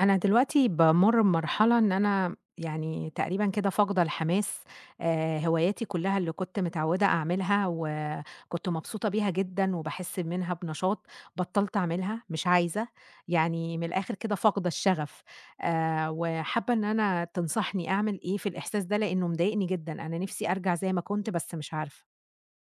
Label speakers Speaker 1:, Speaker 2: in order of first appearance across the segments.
Speaker 1: أنا دلوقتي بامُر بمرحلة إن أنا يعني تقريبًا كده فاقدة الحماس، هواياتي كلّها اللي كنت متعودة أعملها وكنت مبسوطة بيها جدًا وباحس منها بنشاط، بطّلت أعملها، مش عايزة، يعني من الآخر كده فاقدة الشغف، وحابة إن أنا تنصحني أعمل إيه في الإحساس ده؟ لإنه مضايقني جدًا، أنا نِفْسي أرجع زي ما كنت بس مش عارفة.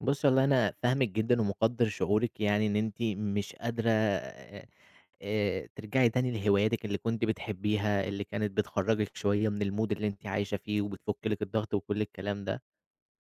Speaker 2: بُصّي والله أنا فاهمِك جدًا ومقدّر شعورِك يعني إن أنتِ مش قادرة ترجعي تاني لهواياتِك اللي كنتِ بتحبيها، اللي كانت بتخرّجِك شوية من الmood اللي أنتِ عايشة فيه وبتفُك لِك الضغط وكل الكلام ده،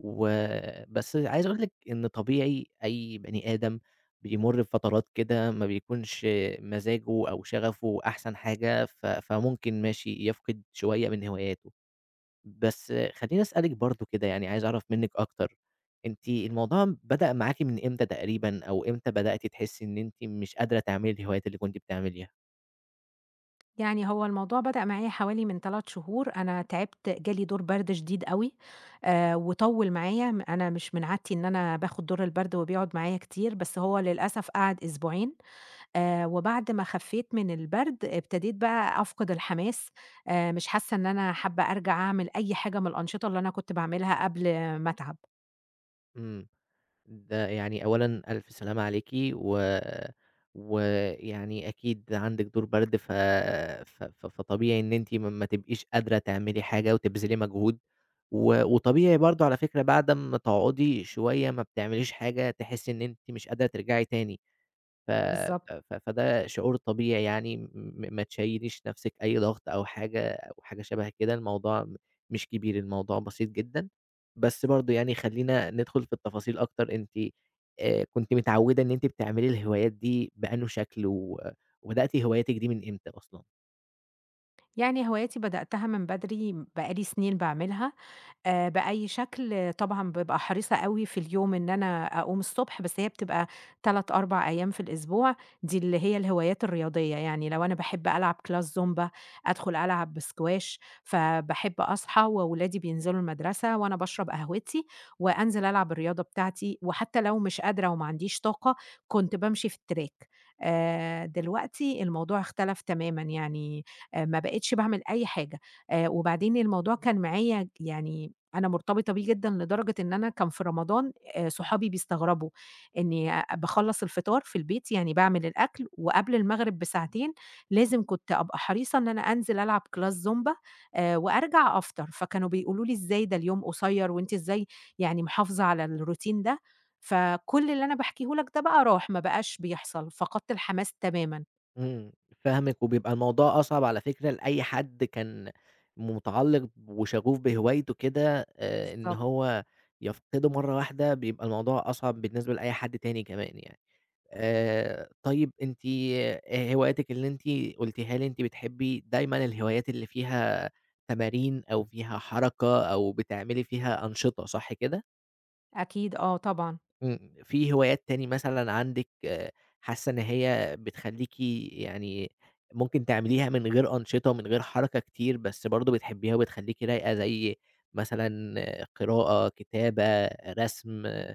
Speaker 2: وبس عايز أقول لِك إن طبيعي أي بني آدم بيمُر بفترات كده ما بيكونش مزاجه أو شغفه أحسن حاجة، فممكن ماشي يفقد شوية من هواياته. بس خلّيني أسألِك برضه كده يعني عايز أعرف منِّك أكتر، أنتِ الموضوع بدأ معاكِ من إمتى تقريبًا أو إمتى بدأتِ تحسّي إن أنتِ مش قادرة تعملي الهوايات اللي كنتِ بتعمليها؟
Speaker 1: يعني هو الموضوع بدأ معايا حوالي من 3 شهور، أنا تعبت جالي دور برد شديد أوي، وطوّل معايا، أنا مش من عادتي إن أنا باخد دور البرد وبيقعد معايا كتير، بس هو للأسف قعد أسبوعين، وبعد ما خفيت من البرد ابتديت بقى أفقد الحماس، مش حاسة إن أنا حابة أرجع أعمل أي حاجة من الأنشطة اللي أنا كنت باعملها قبل ما أتعب.
Speaker 2: إمم، ده يعني أولًا ألف سلامة عليكِ و ويعني أكيد عندِك دور برد ف ف ف فطبيعي إن أنتِ ما تبقيش قادرة تعملي حاجة وتبذلي مجهود، وطبيعي برضه على فكرة بعد أمّا تقعدي شوية ما بتعمليش حاجة تحسّي إن أنتِ مش قادرة ترجعي تاني. ف
Speaker 1: بالضبط.
Speaker 2: ف ف فده شعور طبيعي يعني ما تشيّليش نَفْسِك أي ضغط أو حاجة أو حاجة شَبه كده، الموضوع مش كبير، الموضوع بسيط جدًا، بس برضه يعني خلّينا ندخُل في التفاصيل أكتر، أنتِ كنتِ متعوّدة إن أنتِ بتعملي الهوايات دي بأنهو شكل وبدأتِ هواياتِك دي من إمتى أصلًا؟
Speaker 1: يعني هواياتي بدأتها من بدري، بقى لي سنين باعملها، بأي شكل، طبعًا بابقى حريصة أوي في اليوم إن أنا أقوم الصبح، بس هي بتبقى 3، 4 أيام في الأسبوع، دي اللي هي الهوايات الرياضية، يعني لو أنا باحب ألعب class زومبا، أدخل ألعب squash، فباحب أصحى وأولادي بينزلوا المدرسة وأنا باشرب قهوتي، وأنزل ألعب الرياضة بتاعتي، وحتى لو مش قادرة وما عنديش طاقة، كنت بامشي في التراك. دلوقتي الموضوع اختلف تمامًا، يعني ما بقيتش باعمل أي حاجة، وبعدين الموضوع كان معايا يعني أنا مرتبطة بيه جدًا لدرجة إن أنا كان في رمضان صحابي بيستغربوا إني باخلّص الفطار في البيت، يعني باعمل الأكل وقبل المغرب بساعتين لازم كنت أبقى حريصة إن أنا أنزل ألعب كلاس زومبا وأرجع أفطر، فكانوا بيقولوا لي: "إزاي ده اليوم قصير وأنتِ إزاي يعني محافظة على الروتين ده؟" فكل اللي أنا باحكيه لك ده بقى راح، ما بقاش بيحصل، فقدت الحماس تمامًا.
Speaker 2: إمم، فاهمِك، وبيبقى الموضوع أصعب على فكرة لأي حد كان متعلق وشغوف بهوايته كده، إن
Speaker 1: بالضبط.
Speaker 2: هو يفقده مرة واحدة، بيبقى الموضوع أصعب بالنسبة لأي حد تاني كمان يعني. طيب أنتِ هواياتِك اللي أنتِ قلتيها لي، أنتِ بتحبي دايمًا الهوايات اللي فيها تمارين أو فيها حركة أو بتعملي فيها أنشطة، صح كده؟
Speaker 1: أكيد آه طبعًا.
Speaker 2: في هوايات تاني مثلًا عندِك حاسة إن هي بتخلّيكِ يعني ممكن تعمليها من غير أنشطة، من غير حركة كتير، بس برضه بتحبيها وبتخلّيكِ رايقة زي مثلًا قراءة، كتابة، رسم،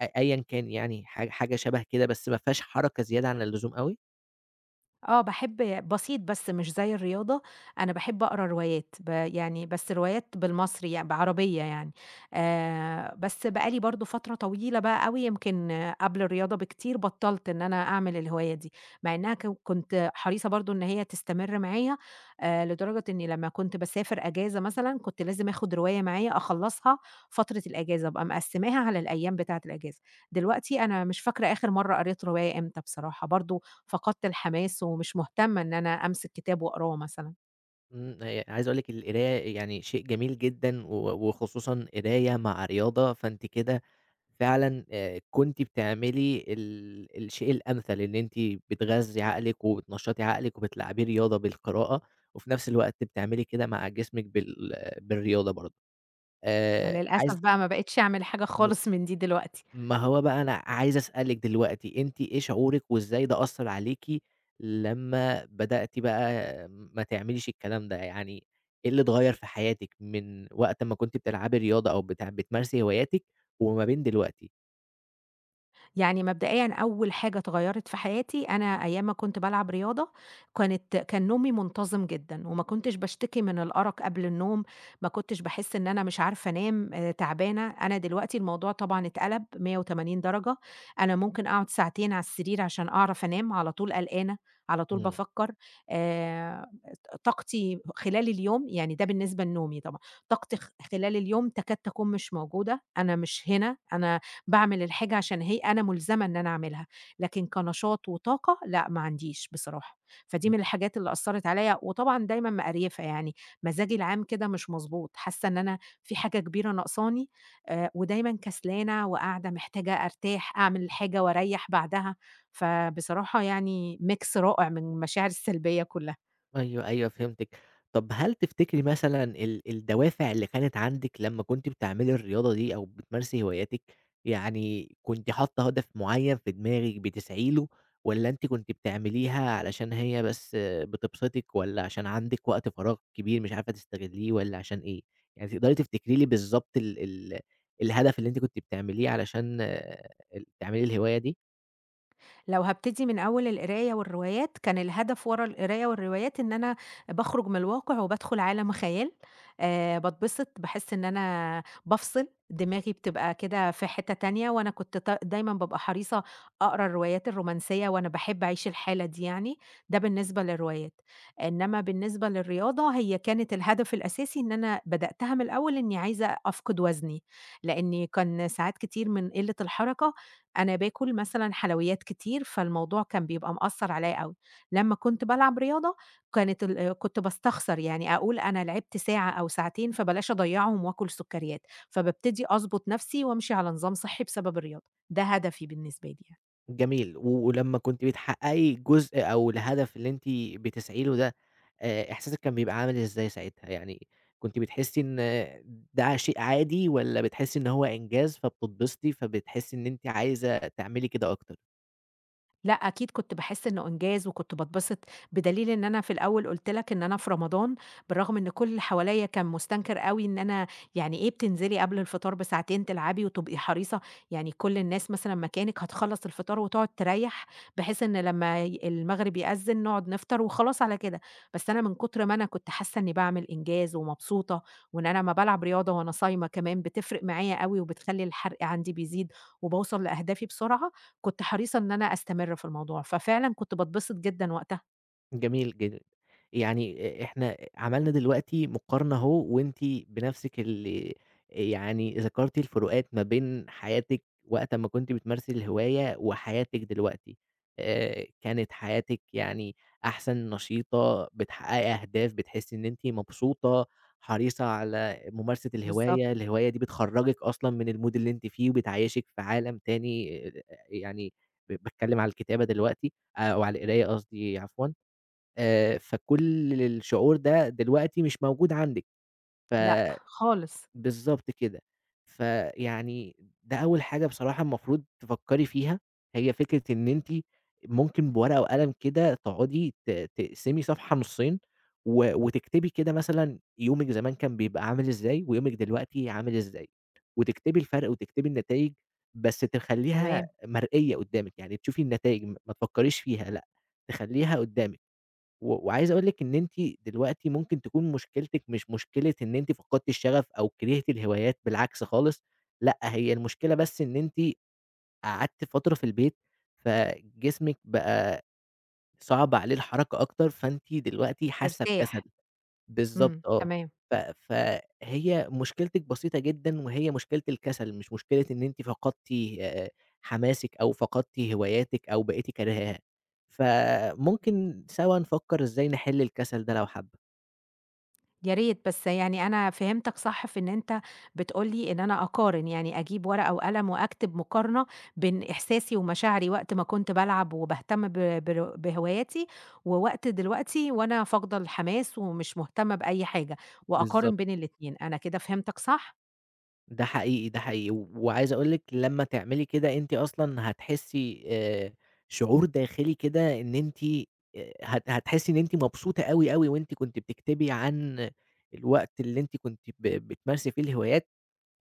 Speaker 2: أ أيًا كان يعني حاجة حاجة شبه كده، بس ما فيهاش حركة زيادة عن اللزوم أوي؟
Speaker 1: آه، باحب بسيط بس مش زي الرياضة، أنا باحب أقرا روايات، يعني بس روايات بالمصري يعني بعربية يعني، بس بقى لي برضه فترة طويلة بقى أوي يمكن آه، قبل الرياضة بكتير بطّلت إن أنا أعمل الهواية دي، مع إنها كنت حريصة برضه إن هي تستمر معايا، لدرجة إني لمّا كنت باسافر أجازة مثلًا كنت لازم آخد رواية معايا أخلّصها فترة الأجازة، أبقى مقسّماها على الأيام بتاعة الأجازة، دلوقتي أنا مش فاكرة آخر مرة قريت رواية إمتى بصراحة، برضه فقدت الحماس ومش مهتمة إن أنا أمسك كتاب وأقراه مثلًا،
Speaker 2: إمم، عايز أقول لِك القراية يعني شيء جميل جدًا، وخصوصًا قراية مع رياضة، فأنتِ كده فعلًا كنتِ بتعملي الشيء الأمثل، إن أنتِ بتغذّي عقلِك وبتنشّطي عقلِك وبتلعبيه رياضة بالقراءة، وفي نفس الوقت بتعملي كده مع جسمِك بالرياضة برضه. عايز
Speaker 1: فللأسف بقى ما بقيتش أعمل حاجة
Speaker 2: م
Speaker 1: خالص من دي دلوقتي.
Speaker 2: ما هو بقى أنا عايز أسألِك دلوقتي، أنتِ إيه شعورِك وإزاي ده أثّر عليكِ لمّا بدأتِ بقى ما تعمليش الكلام ده، يعني إيه اللي اتغيّر في حياتِك من وقت ما كنتِ بتلعبي رياضة أو بتمارسي هواياتِك وما بين دلوقتي؟
Speaker 1: يعني مبدئيًا أول حاجة اتغيّرت في حياتي، أنا أيام ما كنت بالعب رياضة، كان نومي منتظم جدًا، وما كنتش باشتكي من الأرق قبل النوم، ما كنتش باحس إن أنا مش عارفة أنام، تعبانة. أنا دلوقتي الموضوع طبعًا اتقلب 180 درجة، أنا ممكن أقعد ساعتين على السرير عشان أعرف أنام، على طول قلقانة، على طول
Speaker 2: إمم.
Speaker 1: بافكر، آآ، طاقتي خلال اليوم يعني ده بالنسبة لنومي طبعًا، طاقتي خلال اليوم تكاد تكون مش موجودة، أنا مش هنا، أنا باعمل الحاجة عشان هي أنا ملزمة إن أنا أعملها، لكن كنشاط وطاقة لأ، ما عنديش بصراحة، فدي من الحاجات اللي أثّرت عليَّ، وطبعًا دايمًا مقريفة يعني، مزاجي العام كده مش مضبوط، حاسة إن أنا في حاجة كبيرة ناقصاني ودايمًا كسلانة وقاعدة محتاجة أرتاح، أعمل الحاجة وأريّح بعدها، فبصراحة يعني mix رائع من المشاعر السلبية كلها.
Speaker 2: أيوه، أيوه فهمتِك. طب هل تفتكري مثلًا الدوافع اللي كانت عندِك لمّا كنتِ بتعملي الرياضة دي أو بتمارسي هواياتِك، يعني كنتِ حاطة هدف معيّن في دماغِك بتسعي له والّا أنتِ كنتِ بتعمليها علشان هي بس بتبسطِك والّا عشان عندِك وقت فراغ كبير مش عارفة تستغلّيه والّا عشان إيه؟ يعني تقدري تفتكري لي بالضبط ال ال الهدف اللي أنتِ كنتِ بتعمليه علشان تعملي الهواية دي؟
Speaker 1: لو هابتدي من أول القراية والروايات، كان الهدف ورا القراية والروايات إن أنا باخرج من الواقع وبادخل عالم خيال، باتبسط، باحس إن أنا بافصل، دماغي بتبقى كده في حتة تانية، وأنا كنت دايمًا بابقى حريصة أقرا الروايات الرومانسية، وأنا باحب أعيش الحالة دي يعني، ده بالنسبة للروايات. إنما بالنسبة للرياضة، هي كانت الهدف الأساسي إن أنا بدأتها من الأول إني عايزة أفقد وزني، لإني كان ساعات كتير من قلة الحركة أنا باكل مثلًا حلويات كتير، فالموضوع كان بيبقى مأثّر عليّا أوي. لمّا كنت بالعب رياضة كانت ال آه، كنت باستخسر، يعني أقول أنا لعبت ساعة أو ساعتين فبلاش أضيّعهم وآكل سُكّريات، فبابتدي أضبط نَفْسي وأمشي على نظام صحّي بسبب الرياضة، ده هدفي بالنسبة لي يعني.
Speaker 2: جميل، ولمّا كنتِ بتحققي الجزء أو الهدف اللي أنتِ بتسعي له ده، إحساسِك كان بيبقى عامل إزاي ساعتها؟ يعني كنتِ بتحسي إن ده شيء عادي والّا بتحسي إن هو إنجاز فبتتبسطي، فبتحسي إن أنتِ عايزة تعملي كده أكتر؟
Speaker 1: لأ، أكيد كنت باحس إنه إنجاز وكنت باتبسط، بدليل إن أنا في الأول قُلت لك إن أنا في رمضان، بالرغم إن كل اللي حواليّا كان مستنكر أوي إن أنا يعني إيه بتنزلي قبل الفطار بساعتين تلعبي وتبقي حريصة، يعني كل الناس مثلًا مكانِك هتخلّص الفطار وتقعد تريّح، بحيث إن لمّا المغرب يأذّن نقعد نفطر وخلاص على كده، بس أنا من كتر ما أنا كنت حاسة إني باعمل إنجاز ومبسوطة، وإن أنا أمّا بالعب رياضة وأنا صايمة كمان بتفرق معايا أوي وبتخلّي الحرق عندي بيزيد وباوصل لأهدافي بسرعة، كنت حريصة إن أنا أستمر في الموضوع، ففعلًا كنت باتبسط جدًا وقتها،
Speaker 2: جميل جدًا. يعني إحنا عملنا دلوقتي مقارنة أهو وأنتِ بنفسِك اللي يعني ذكرتِ الفروقات ما بين حياتِك وقت أمّا كنتِ بتمارسي الهواية وحياتِك دلوقتي. كانت حياتِك يعني أحسن، نشيطة، بتحقّقي أهداف، بتحسّي إن أنتِ مبسوطة، حريصة على ممارسة
Speaker 1: بالضبط،
Speaker 2: الهواية، الهواية دي بتخرّجِك أصلًا من الmood اللي أنتِ فيه وبتعيّشِك في عالم تاني يعني باتكلّم على الكتابة دلوقتي أو على القراية قصدي عفوًا. فكل الشعور ده دلوقتي مش موجود عندِك، ف
Speaker 1: لأ خالص،
Speaker 2: بالضبط كده. فيعني ده أول حاجة بصراحة المفروض تفكّري فيها، هي فكرة إن أنتِ ممكن بورقة وقلم كده تقعدي تقسمي صفحة نُصّين وتكتبي كده مثلًا يومِك زمان كان بيبقى عامل إزاي، ويومِك دلوقتي عامل إزاي، وتكتبي الفرق وتكتبي النتايج، بس تخلّيها
Speaker 1: تمام،
Speaker 2: مرئية قدّامِك، يعني تشوفي النتايج ما تفكّريش فيها لأ، تخلّيها قدّامِك. وعايز أقول لِك إن أنتِ دلوقتي ممكن تكون مشكلتِك مش مشكلة إن أنتِ فقدتِ الشغف أو كرهتِ الهوايات، بالعكس خالص، لأ هي المشكلة بس إن أنتِ قعدتِ فترة في البيت، فجسمِك بقى صعب عليه الحركة أكتر، فأنتِ دلوقتي حاسة
Speaker 1: ارتاح،
Speaker 2: بكسل. بالضبط
Speaker 1: إمم،
Speaker 2: آه.
Speaker 1: تمام،
Speaker 2: ف فهي مشكلتِك بسيطة جدًا، وهي مشكلة الكسل، مش مشكلة إن أنتِ فقدتِ آآ حماسِك أو فقدتِ هواياتِك أو بقيتِ كارهاها. فممكن سوا نفكّر إزاي نحل الكسل ده لو حابة.
Speaker 1: يا ريت بس يعني أنا فهمتك صح في إن أنت بتقول لي إن أنا أقارن، يعني أجيب ورقة وقلم وأكتب مقارنة بين إحساسي ومشاعري وقت ما كنت بالعب وباهتم ب بهواياتي، ووقت دلوقتي وأنا فاقدة الحماس ومش مهتمة بأي حاجة،
Speaker 2: بالضبط.
Speaker 1: وأقارن بين الاتنين، أنا كده فهمتك صح؟
Speaker 2: ده حقيقي، ده حقيقي، وعايز أقول لِك لمّا تعملي كده أنتِ أصلًا هتحسّي شعور داخلي كده إن أنتِ هت هتحسّي إن أنتِ مبسوطة أوي، أوي وأنتِ كنتِ بتكتبي عن الوقت اللي أنتِ كنتِ بتمارسي فيه الهوايات،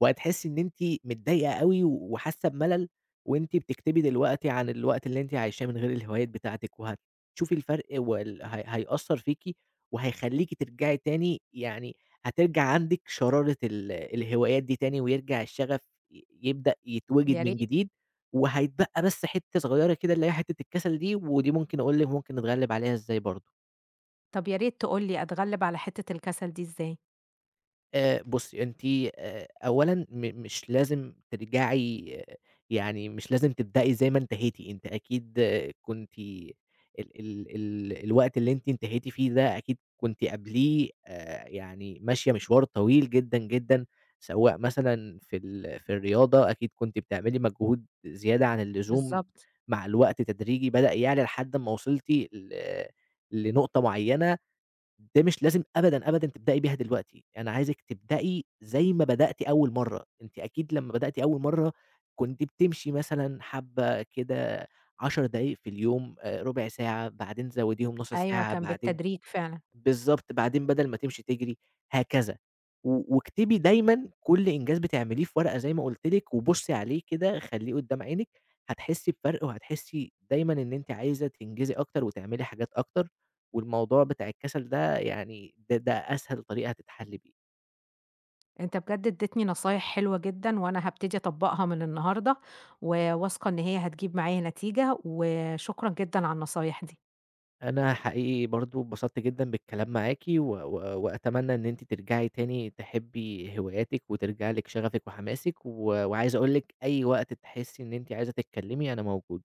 Speaker 2: وهتحسّي إن أنتِ متضايقة أوي وحاسة بملل وأنتِ بتكتبي دلوقتي عن الوقت اللي أنتِ عايشاه من غير الهوايات بتاعتِك، وهتشوفي الفرق هي هيأثّر فيكِ وهيخلّيكِ ترجعي تاني يعني هترجع عندِك شرارة الهوايات دي تاني، ويرجع الشغف يبدأ يتوجد
Speaker 1: يا
Speaker 2: من
Speaker 1: ريت،
Speaker 2: جديد، وهيتبقى بس حتّة صغيّرة كده اللي هي حتّة الكسل دي، ودي ممكن أقول لِك ممكن نتغلب عليها إزاي برضه.
Speaker 1: طب يا ريت تقول لي أتغلب على حتة الكسل دي إزاي؟
Speaker 2: بُصّي، أنتِ أولًا مش لازم ترجعي يعني مش لازم تبدئي زي ما انتهيتِ، أنتِ أكيد كنتِ ال ال ال الوقت اللي أنتِ انتهيتِ فيه ده أكيد كنتِ قبليه يعني ماشية مشوار طويل جدًا، جدًا، سواء مثلًا في الرياضة أكيد كنتِ بتعملي مجهود زيادة عن اللزوم،
Speaker 1: بالضبط.
Speaker 2: مع الوقت تدريجي بدأ يعلى لحد ما وصلتِ لنقطة معيّنة ده مش لازم أبدًا، أبدًا تبدئي بيها دلوقتي، أنا عايزِك تبدئي زي ما بدأتِ أول مرّة، أنتِ أكيد لمّا بدأتِ أول مرّة كنتِ بتمشي مثلًا حبّة كده 10 دقايق في اليوم، ربع ساعة، بعدين زوّديهم نُص
Speaker 1: أيوه،
Speaker 2: ساعة،
Speaker 1: كان
Speaker 2: بعدين
Speaker 1: بالتدريج فعلًا.
Speaker 2: بالضبط، بعدين بدل ما تمشي تجري، هكذا. واكتبي دايمًا كل إنجاز بتعمليه في ورقة زي ما قُلت لِك، وبُصي عليه كده، خليه قدّام عينِك، هتحسي بفرق، وهتحسي دايمًا إن أنتِ عايزة تنجزي أكتر، وتعملي حاجات أكتر، والموضوع بتاع الكسل ده يعني ده أسهل طريقة هتتحل بيه.
Speaker 1: أنت بجد ادّيتني نصايح حلوة جدًا، وأنا هابتدي أطبّقها من النهارده، وواثقة إن هي هتجيب معايا نتيجة، وشكرًا جدًا على النصايح دي.
Speaker 2: أنا حقيقي برضه اتبسطت جدًا بالكلام معاكِ، و و وأتمنى إن أنتِ ترجعي تاني تحبي هواياتِك، وترجع لِك شغفِك وحماسِك، وعايز أقول لِك أي وقت تحسي إن أنتِ عايزة تتكلمي، أنا موجود.